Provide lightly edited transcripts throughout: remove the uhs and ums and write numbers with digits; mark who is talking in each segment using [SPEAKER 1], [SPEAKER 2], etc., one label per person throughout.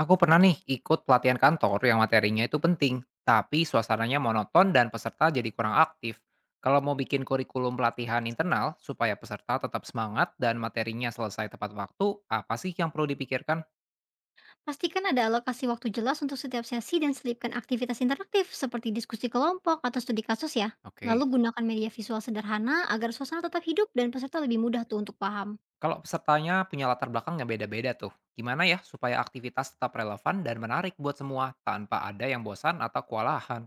[SPEAKER 1] Aku pernah nih ikut pelatihan kantor yang materinya itu penting, tapi suasananya monoton dan peserta jadi kurang aktif. Kalau mau bikin kurikulum pelatihan internal supaya peserta tetap semangat dan materinya selesai tepat waktu, apa sih yang perlu dipikirkan?
[SPEAKER 2] Pastikan ada alokasi waktu jelas untuk setiap sesi dan selipkan aktivitas interaktif seperti diskusi kelompok atau studi kasus ya.
[SPEAKER 1] Oke.
[SPEAKER 2] Lalu gunakan media visual sederhana agar suasana tetap hidup dan peserta lebih mudah tuh untuk paham.
[SPEAKER 1] Kalau pesertanya punya latar belakang yang beda-beda tuh, gimana ya supaya aktivitas tetap relevan dan menarik buat semua tanpa ada yang bosan atau kewalahan?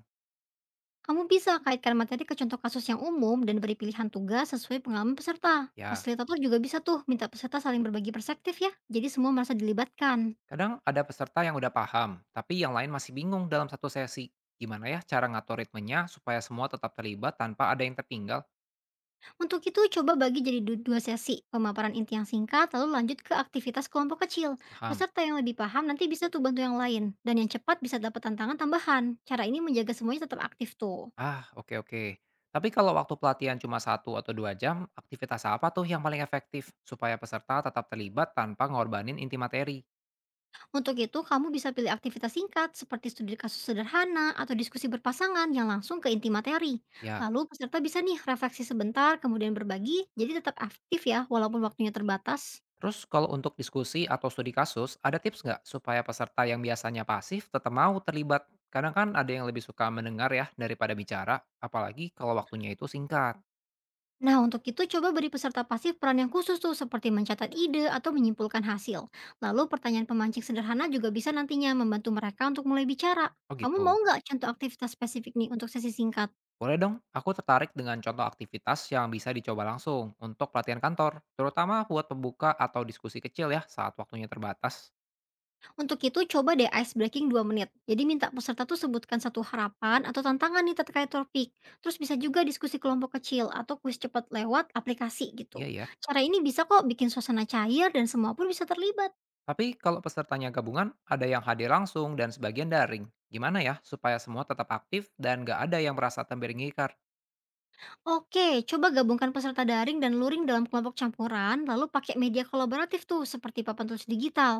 [SPEAKER 2] Kamu bisa kaitkan materi ke contoh kasus yang umum dan beri pilihan tugas sesuai pengalaman peserta.
[SPEAKER 1] Ya.
[SPEAKER 2] Fasilitator juga bisa tuh minta peserta saling berbagi perspektif ya, jadi semua merasa dilibatkan.
[SPEAKER 1] Kadang ada peserta yang udah paham, tapi yang lain masih bingung dalam satu sesi. Gimana ya cara ngatur ritmenya supaya semua tetap terlibat tanpa ada yang tertinggal?
[SPEAKER 2] Untuk itu, coba bagi jadi dua sesi, pemaparan inti yang singkat, lalu lanjut ke aktivitas kelompok kecil.
[SPEAKER 1] Paham?
[SPEAKER 2] Peserta yang lebih paham nanti bisa tuh bantu yang lain, dan yang cepat bisa dapat tantangan tambahan. Cara ini menjaga semuanya tetap aktif tuh.
[SPEAKER 1] Ah, oke oke. Tapi kalau waktu pelatihan cuma satu atau dua jam, aktivitas apa tuh yang paling efektif supaya peserta tetap terlibat tanpa ngorbanin inti materi?
[SPEAKER 2] Untuk itu, kamu bisa pilih aktivitas singkat, seperti studi kasus sederhana atau diskusi berpasangan yang langsung ke inti materi.
[SPEAKER 1] Ya.
[SPEAKER 2] Lalu peserta bisa nih refleksi sebentar, kemudian berbagi, jadi tetap aktif ya, walaupun waktunya terbatas.
[SPEAKER 1] Terus kalau untuk diskusi atau studi kasus, ada tips nggak supaya peserta yang biasanya pasif tetap mau terlibat? Karena kan ada yang lebih suka mendengar ya daripada bicara, apalagi kalau waktunya itu singkat.
[SPEAKER 2] Nah, untuk itu coba beri peserta pasif peran yang khusus tuh seperti mencatat ide atau menyimpulkan hasil. Lalu pertanyaan pemancing sederhana juga bisa nantinya membantu mereka untuk mulai bicara.
[SPEAKER 1] Oh
[SPEAKER 2] Kamu
[SPEAKER 1] gitu.
[SPEAKER 2] mau nggak contoh aktivitas spesifik nih untuk sesi singkat?
[SPEAKER 1] Boleh dong, aku tertarik dengan contoh aktivitas yang bisa dicoba langsung untuk pelatihan kantor, terutama buat pembuka atau diskusi kecil ya saat waktunya terbatas.
[SPEAKER 2] Untuk itu coba deh ice breaking 2 menit. Jadi minta peserta tuh sebutkan satu harapan atau tantangan nih terkait topik. Terus bisa juga diskusi kelompok kecil atau kuis cepat lewat aplikasi gitu.
[SPEAKER 1] Iya ya.
[SPEAKER 2] Cara ini bisa kok bikin suasana cair dan semua pun bisa terlibat.
[SPEAKER 1] Tapi kalau pesertanya gabungan, ada yang hadir langsung dan sebagian daring. Gimana ya supaya semua tetap aktif dan nggak ada yang merasa terpinggirkan?
[SPEAKER 2] Oke, coba gabungkan peserta daring dan luring dalam kelompok campuran, lalu pakai media kolaboratif tuh seperti papan tulis digital.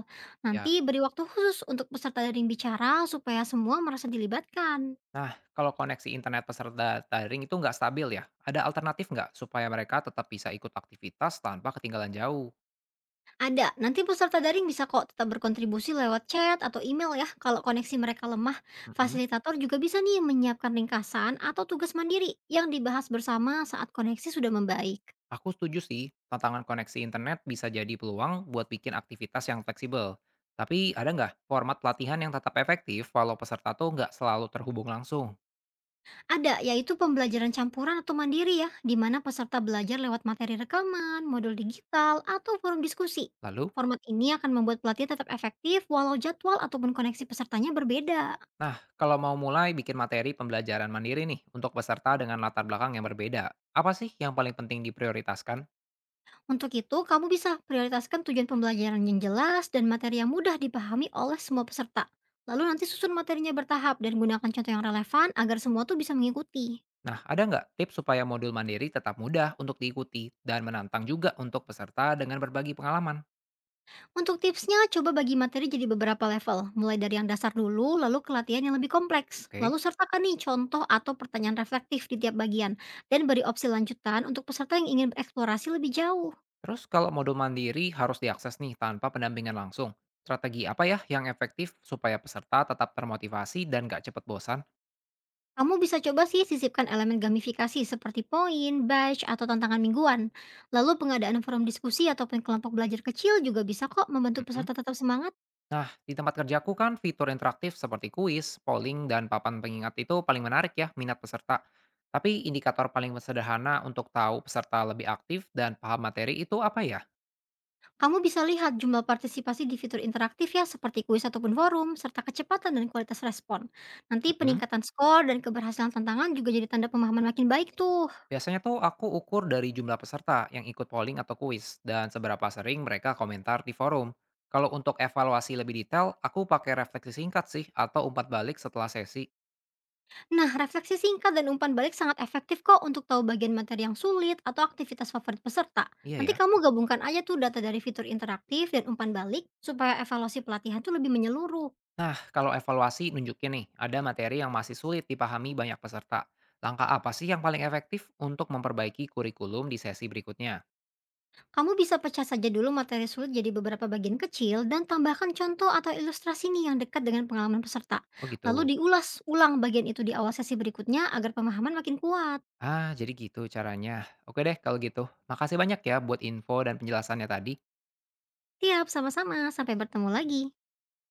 [SPEAKER 1] Ya.
[SPEAKER 2] Nanti beri waktu khusus untuk peserta daring bicara supaya semua merasa dilibatkan.
[SPEAKER 1] Nah, kalau koneksi internet peserta daring itu nggak stabil ya, ada alternatif nggak supaya mereka tetap bisa ikut aktivitas tanpa ketinggalan jauh?
[SPEAKER 2] Ada, nanti peserta daring bisa kok tetap berkontribusi lewat chat atau email ya kalau koneksi mereka lemah.
[SPEAKER 1] Mm-mm.
[SPEAKER 2] Fasilitator juga bisa nih menyiapkan ringkasan atau tugas mandiri yang dibahas bersama saat koneksi sudah membaik.
[SPEAKER 1] Aku setuju sih, tantangan koneksi internet bisa jadi peluang buat bikin aktivitas yang fleksibel. Tapi ada nggak format pelatihan yang tetap efektif walau peserta tuh nggak selalu terhubung langsung?
[SPEAKER 2] Ada, yaitu pembelajaran campuran atau mandiri ya, di mana peserta belajar lewat materi rekaman, modul digital, atau forum diskusi.
[SPEAKER 1] Lalu,
[SPEAKER 2] Format ini akan membuat pelatihan tetap efektif walau jadwal ataupun koneksi pesertanya berbeda.
[SPEAKER 1] nah kalau mau mulai bikin materi pembelajaran mandiri nih untuk peserta dengan latar belakang yang berbeda, apa sih yang paling penting diprioritaskan?
[SPEAKER 2] Untuk itu, kamu bisa prioritaskan tujuan pembelajaran yang jelas dan materi yang mudah dipahami oleh semua peserta. Lalu nanti susun materinya bertahap dan gunakan contoh yang relevan agar semua tuh bisa mengikuti.
[SPEAKER 1] Nah, ada nggak tips supaya modul mandiri tetap mudah untuk diikuti dan menantang juga untuk peserta dengan berbagi pengalaman?
[SPEAKER 2] Untuk tipsnya, coba bagi materi jadi beberapa level, mulai dari yang dasar dulu, lalu ke latihan yang lebih kompleks.
[SPEAKER 1] Oke.
[SPEAKER 2] Lalu sertakan nih contoh atau pertanyaan reflektif di tiap bagian, dan beri opsi lanjutan untuk peserta yang ingin bereksplorasi lebih jauh.
[SPEAKER 1] Terus kalau modul mandiri harus diakses nih tanpa pendampingan langsung. Strategi apa ya yang efektif supaya peserta tetap termotivasi dan gak cepat bosan?
[SPEAKER 2] Kamu bisa coba sih sisipkan elemen gamifikasi seperti poin, badge, atau tantangan mingguan. Lalu pengadaan forum diskusi ataupun kelompok belajar kecil juga bisa kok membantu
[SPEAKER 1] Mm-mm.
[SPEAKER 2] peserta tetap semangat.
[SPEAKER 1] Nah, di tempat kerjaku kan fitur interaktif seperti kuis, polling, dan papan pengingat itu paling menarik ya minat peserta. Tapi indikator paling sederhana untuk tahu peserta lebih aktif dan paham materi itu apa ya?
[SPEAKER 2] Kamu bisa lihat jumlah partisipasi di fitur interaktif ya, seperti kuis ataupun forum, serta kecepatan dan kualitas respon. Nanti
[SPEAKER 1] Mm-mm.
[SPEAKER 2] peningkatan skor dan keberhasilan tantangan juga jadi tanda pemahaman makin baik tuh.
[SPEAKER 1] Biasanya tuh aku ukur dari jumlah peserta yang ikut polling atau kuis dan seberapa sering mereka komentar di forum. Kalau untuk evaluasi lebih detail, aku pakai refleksi singkat sih atau umpat balik setelah sesi.
[SPEAKER 2] Nah, refleksi singkat dan umpan balik sangat efektif kok untuk tahu bagian materi yang sulit atau aktivitas favorit peserta.
[SPEAKER 1] Iya
[SPEAKER 2] Nanti
[SPEAKER 1] ya.
[SPEAKER 2] kamu gabungkan aja tuh data dari fitur interaktif dan umpan balik supaya evaluasi pelatihan tuh lebih menyeluruh.
[SPEAKER 1] Nah, kalau evaluasi nunjukin nih, ada materi yang masih sulit dipahami banyak peserta. Langkah apa sih yang paling efektif untuk memperbaiki kurikulum di sesi berikutnya?
[SPEAKER 2] Kamu bisa pecah saja dulu materi sulit jadi beberapa bagian kecil dan tambahkan contoh atau ilustrasi nih yang dekat dengan pengalaman peserta.
[SPEAKER 1] Oh gitu.
[SPEAKER 2] Lalu diulas ulang bagian itu di awal sesi berikutnya agar pemahaman makin kuat.
[SPEAKER 1] Ah, jadi gitu caranya. Oke deh kalau gitu. Makasih banyak ya buat info dan penjelasannya tadi.
[SPEAKER 2] Tiap sama-sama, sampai bertemu lagi.